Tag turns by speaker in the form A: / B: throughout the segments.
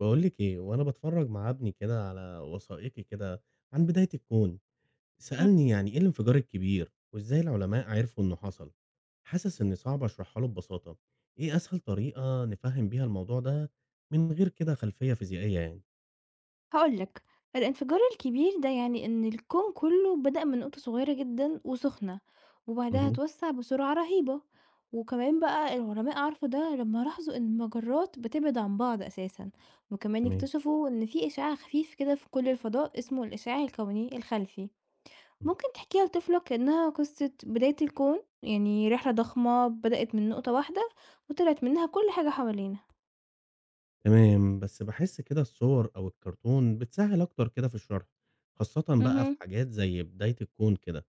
A: باقول لِك إيه، وأنا باتفرّج مع ابني كده على وثائقي كده عن بداية الكون،
B: إمم،
A: سألني يعني إيه الانفجار الكبير، وإزاي العلماء عرفوا إنه حصل؟ حاسس إني صعب أشرحها له ببساطة، إيه أسهل طريقة نفهّم بيها الموضوع ده من غير كده خلفية فيزيائية يعني؟
B: هاقول لك، الانفجار الكبير ده يعني إن الكون كله بدأ من نقطة صغيرة جدًا وسخنة، وبعدها
A: اهم،
B: اتوسع بسرعة رهيبة، وكمان بقى العلماء عرفوا ده لمّا لاحظوا إن المجرات بتبعد عن بعض أساسًا، وكمان
A: اهم،
B: اكتشفوا إن في إشعاع خفيف كده في كل الفضاء اسمه الإشعاع الكوني الخلفي.
A: اهم.
B: ممكن تحكيها لطفلك إنها قصة بداية الكون، يعني رحلة ضخمة بدأت من نقطة واحدة وطلعت منها كل حاجة حوالينا.
A: تمام، بس باحس كده الصور أو الكرتون بتسهّل أكتر كده في الشرح، خاصةً بقى في
B: اهم.
A: حاجات زي بداية الكون كده.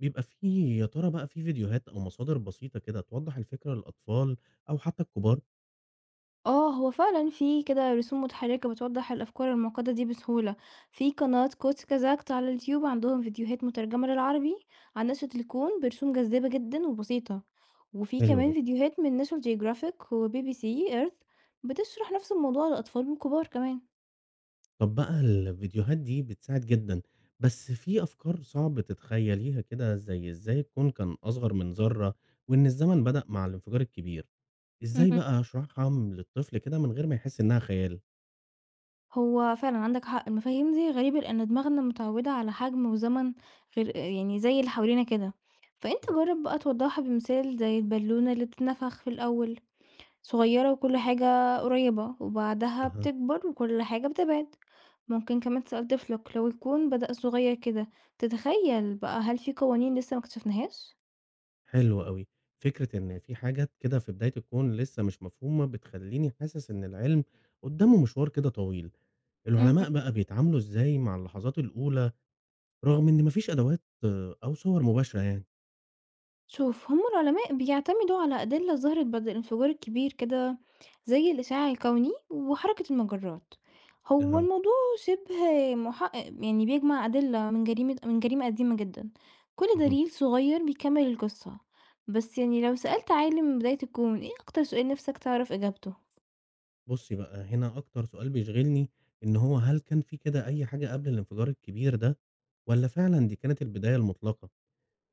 A: بيبقى في يا ترى بقى في فيديوهات أو مصادر بسيطة كده توضّح الفكرة للأطفال أو حتى الكبار؟
B: آه، هو فعلًا في كده رسوم متحركة بتوضح الأفكار المعقدة دي بسهولة، في قناة كوتس كازاكت على اليوتيوب عندهم فيديوهات مترجمة للعربي عن نشأة الكون برسوم جذابة جدًا وبسيطة، وفي
A: حلو
B: كمان
A: جدًا.
B: فيديوهات من National Geographic وبي بي سي Earth بتشرح نفس الموضوع للأطفال والكبار كمان.
A: طب بقى الفيديوهات دي بتساعد جدًا، بس في أفكار صعب تتخيّليها كده زي إزاي الكون كان أصغر من ذرة، وإن الزمن بدأ مع الانفجار الكبير، إزاي
B: اهم.
A: بقى أشرحها للطفل كده من غير ما يحس إنها خيال؟
B: هو فعلًا عندك حق، المفاهيم دي غريبة لأن دماغنا متعودة على حجم وزمن غير يعني زي اللي حوالينا كده، فأنت
A: إمم.
B: جرب بقى توضحها بمثال زي البالونة اللي بتتنفخ في الأول. صغيرة وكل حاجة قريبة، وبعدها
A: أها،
B: بتكبر وكل حاجة بتبعد، ممكن كمان تسأل طفلك لو الكون بدأ صغير كده، تتخيل بقى هل في قوانين لسه ما اكتشفناهاش؟
A: حلو أوي. فكرة إن في حاجات كده في بداية الكون لسه مش مفهومة بتخلّيني حاسس إن العلم قدّامه مشوار كده طويل. العلماء بقى بيتعاملوا إزاي مع اللحظات الأولى رغم إن ما فيش أدوات أو صور مباشرة يعني؟
B: شوف، هم العلماء بيعتمدوا على أدلة ظهرت بعد الانفجار الكبير كده زي الإشعاع الكوني وحركة المجرات. هو
A: اها
B: الموضوع شبه محقق يعني بيجمع أدلة من جريمة قديمة جدا، كل
A: اهم.
B: دليل صغير بيكمل القصة. بس يعني لو سألت عالم من بداية الكون، ايه أكتر سؤال نفسك تعرف إجابته؟
A: بُصّي بقى، هنا أكتر سؤال بيشغلني إن هو هل كان في كده أي حاجة قبل الانفجار الكبير ده والّا فعلًا دي كانت البداية المطلقة؟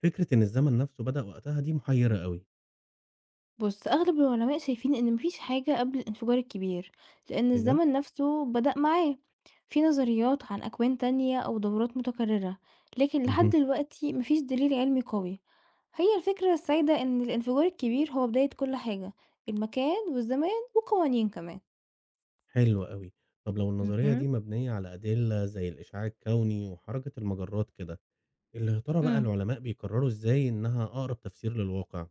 A: فكرة إن الزمن نفسه بدأ وقتها دي محيرة أوي.
B: بُص، أغلب العلماء شايفين إن ما فيش حاجة قبل الانفجار الكبير، لأن
A: بجد؟
B: الزمن نفسه بدأ معاه. في نظريات عن أكوان تانية أو دورات متكررة، لكن لحد
A: اهم.
B: دلوقتي ما فيش دليل علمي قوي. هي الفكرة السائدة إن الانفجار الكبير هو بداية كل حاجة، المكان والزمان والقوانين كمان.
A: حلو أوي. طب لو النظرية
B: مهم.
A: دي مبنية على أدلة زي الإشعاع الكوني وحركة المجرات كده، اللي يا ترى بقى
B: امم.
A: العلماء بيقرروا إزاي إنها أقرب تفسير للواقع؟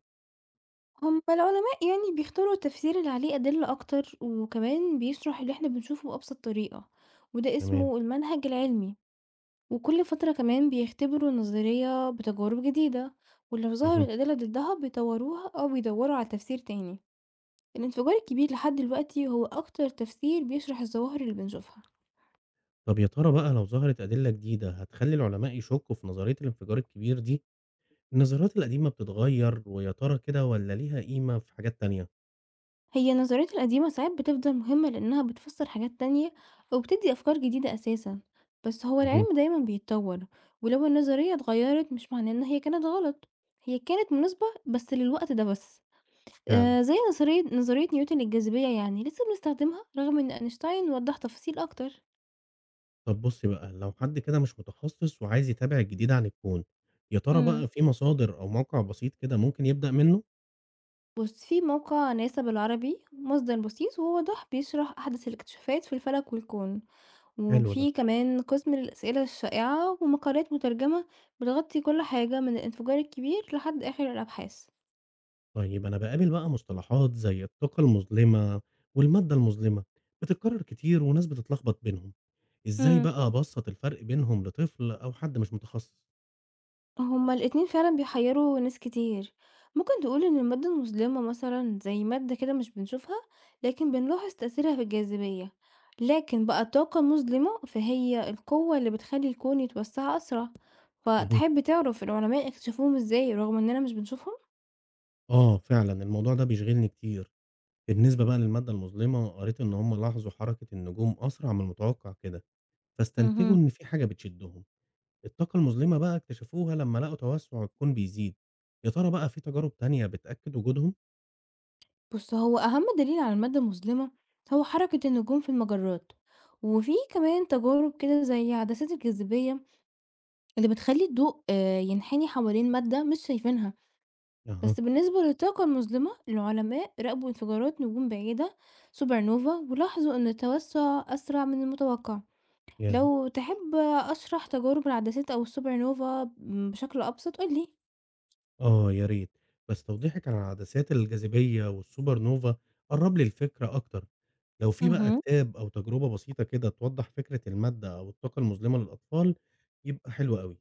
B: هم العلماء يعني بيختاروا التفسير اللي عليه أدلة أكتر، وكمان بيشرح اللي احنا بنشوفه بأبسط طريقة، وده
A: تمام.
B: اسمه المنهج العلمي. وكل فترة كمان بيختبروا النظرية بتجارب جديدة، ولو ظهرت
A: اهم.
B: أدلة ضدها بيطوروها أو بيدوروا على تفسير تاني. الانفجار الكبير لحد دلوقتي هو أكتر تفسير بيشرح الظواهر اللي بنشوفها.
A: طب يا ترى بقى لو ظهرت أدلة جديدة هتخلي العلماء يشكوا في نظرية الانفجار الكبير دي؟ النظريات القديمة بتتغير ويا ترى كده ولا ليها قيمة في حاجات تانية؟
B: هي النظريات القديمة ساعات بتفضل مهمة لأنها بتفسر حاجات تانية أو بتدي أفكار جديدة أساسا، بس هو
A: اهم،
B: العلم دايما بيتطور. ولو النظرية اتغيرت مش معناه إن هي كانت غلط، هي كانت مناسبة بس للوقت ده بس.
A: فعلا
B: زي نظرية نيوتن للجاذبية يعني، لسه بنستخدمها رغم إن أينشتاين وضّح تفاصيل أكتر.
A: طب بص بقى لو حد كده مش متخصص وعايز يتابع الجديد عن الكون يا ترى
B: إمم.
A: بقى في مصادر أو موقع بسيط كده ممكن يبدأ منه؟
B: بُص، في موقع ناسا بالعربي، مصدر بسيط وواضح بيشرح أحدث الاكتشافات في الفلك والكون،
A: حلو ده
B: وفي كمان قسم للأسئلة الشائعة ومقالات مترجمة بتغطي كل حاجة من الانفجار الكبير لحد آخر الأبحاث.
A: طيب أنا بقابل بقى مصطلحات زي الطاقة المظلمة والمادة المظلمة بتتكرر كتير وناس بتتلخبط بينهم إزاي
B: إمم.
A: بقى أبسط الفرق بينهم لطفل أو حد مش متخصص؟
B: هما الاتنين فعلًا بيحيّروا ناس كتير، ممكن تقول إن المادة المظلمة مثلًا زي مادة كده مش بنشوفها، لكن بنلاحظ تأثيرها في الجاذبية، لكن بقى الطاقة المظلمة فهي القوة اللي بتخلّي الكون يتوسّع أسرع،
A: مهم.
B: فتحب تعرف العلماء اكتشفوهم إزاي رغم إننا مش بنشوفهم؟
A: آه فعلًا، الموضوع ده بيشغلني كتير. بالنسبة بقى للمادة المظلمة، قريت إن هم لاحظوا حركة النجوم أسرع من المتوقع كده، فاستنتجوا
B: اهم.
A: إن في حاجة بتشدهم. الطاقة المظلمة بقى اكتشفوها لما لقوا توسع الكون بيزيد. يا ترى بقى في تجارب تانية بتأكد وجودهم؟
B: بُص، هو أهم دليل على المادة المظلمة هو حركة النجوم في المجرات، وفي كمان تجارب كده زي عدسات الجاذبية اللي بتخلّي الضوء ينحني حوالين مادة مش شايفينها.
A: أها،
B: بس بالنسبة للطاقة المظلمة، العلماء راقبوا انفجارات نجوم بعيدة سوبر نوفا، ولاحظوا ان التوسع أسرع من المتوقع.
A: ياه!
B: لو تحب أشرح تجارب العدسات أو السوبر نوفا بشكل أبسط قولي.
A: آه يا ريت، بس توضيحِك عن عدسات الجاذبية والسوبر نوفا قرّب لي الفكرة أكتر. لو في بقى
B: مهم.
A: كتاب أو تجربة بسيطة كده توضح فكرة المادة أو الطاقة المظلمة للأطفال، يبقى حلو أوي.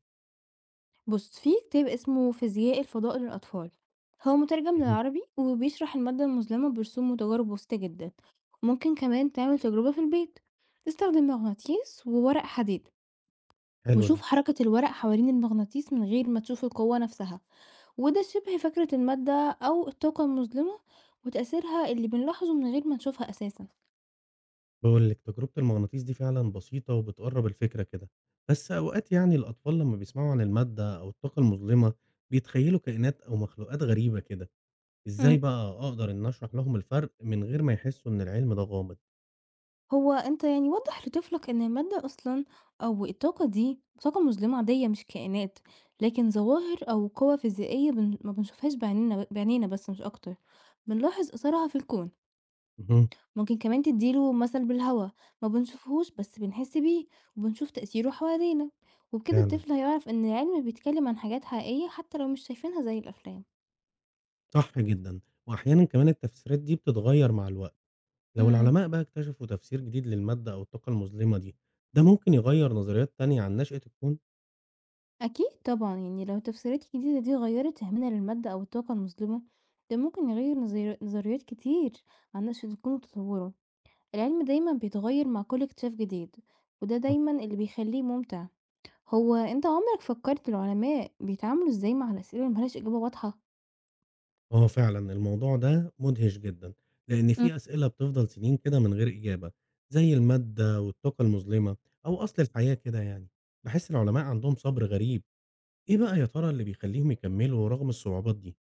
B: بص، في كتاب اسمه فيزياء الفضاء للأطفال، هو مترجم
A: اهم،
B: للعربي وبيشرح المادة المظلمة برسوم وتجارب بسيطة جدا. ممكن كمان تعمل تجربة في البيت، استخدم مغناطيس وورق حديد،
A: حلو ده.
B: وشوف حركة الورق حوالين المغناطيس من غير ما تشوف القوة نفسها، وده شبه فكرة المادة أو الطاقة المظلمة وتأثيرها اللي بنلاحظه من غير ما نشوفها أساسا.
A: باقول لِك، تجربة المغناطيس دي فعلًا بسيطة وبتقرّب الفكرة كده، بس أوقات يعني الأطفال لمّا بيسمعوا عن المادة أو الطاقة المظلمة، بيتخيّلوا كائنات أو مخلوقات غريبة كده، إزاي
B: مم.
A: بقى أقدر إن أشرح لهم الفرق من غير ما يحسّوا إن العلم ده غامض؟
B: هو أنت يعني وضح لطفلك إن المادة أصلا أو الطاقة دي طاقة مظلمة عادية مش كائنات، لكن ظواهر أو قوى فيزيائية، ما بنشوفهاش بعينينا بس، مش أكتر. بنلاحظ أثرها في الكون.
A: اهم،
B: ممكن كمان تديله مثل بالهوا، ما بنشوفهوش بس بنحس بيه وبنشوف تأثيره حوالينا، وبكده
A: فعلًا،
B: الطفل هيعرف إن العلم بيتكلم عن حاجات حقيقية حتى لو مش شايفينها زي الأفلام.
A: صح جدًا، وأحيانًا كمان التفسيرات دي بتتغيّر مع الوقت، لو
B: امم.
A: العلماء بقى اكتشفوا تفسير جديد للمادة أو الطاقة المظلمة دي، ده ممكن يغيّر نظريات تانية عن نشأة الكون؟
B: أكيد طبعا، يعني لو التفسيرات الجديدة دي غيرت فهمنا للمادة أو الطاقة المظلمة، ده ممكن يغير نظريات كتير عن نشأة الكون وتطوره. العلم دايما بيتغير مع كل اكتشاف جديد، وده دايما اللي بيخليه ممتع. هو انت عمرك فكرت العلماء بيتعاملوا ازاي مع الأسئلة اللي ملهاش إجابة واضحة؟
A: آه فعلًا الموضوع ده مُدهِش جدًا، لإن في أسئلة بتفضل سنين كده من غير إجابة، زي المادة والطاقة المظلمة أو أصل الحياة كده يعني، باحس العلماء عندهم صبر غريب، إيه بقى يا ترى اللي بيخلّيهم يكمّلوا رغم الصعوبات دي؟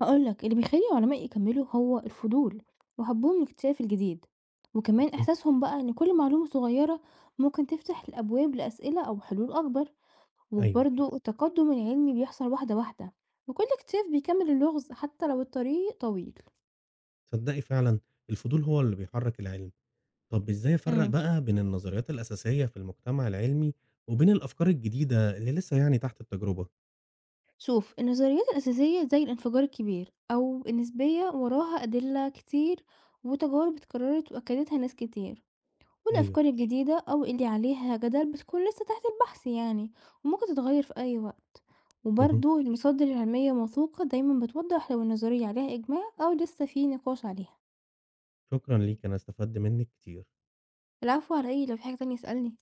B: هاقول لك، اللي بيخلّي العلماء يكمّلوا هو الفضول وحبّهم لاكتشاف الجديد، وكمان
A: اهم،
B: إحساسهم بقى إن كل معلومة صغيّرة ممكن تفتح الأبواب لأسئلة أو حلول أكبر،
A: أيوه، أيوه،
B: وبرضه التقدُّم العلمي بيحصل واحدة، واحدة، وكل اكتشاف بيكمّل اللغز حتى لو الطريق طويل.
A: تصدّقي فعلًا الفضول هو اللي بيحرّك العلم، طَب إزاي أفرّق
B: إمم.
A: بقى بين النظريات الأساسية في المجتمع العلمي وبين الأفكار الجديدة اللي لسه يعني تحت التجربة؟
B: شوف، النظريات الأساسية زي الانفجار الكبير أو النسبية وراها أدلة كتير وتجارب اتكرّرت وأكدتها ناس كتير.
A: أيوه،
B: والأفكار الجديدة أو اللي عليها جدل بتكون لسه تحت البحث يعني، وممكن تتغير في أي وقت.
A: اهم،
B: وبرضه المصادر العلمية الموثوقة دايما بتوضح لو النظرية عليها إجماع أو لسه في نقاش عليها.
A: شكرًا ليكِ أنا استفدت منِّك كتير.
B: العفو، على إيه؟ لو في حاجة تانية اسألني.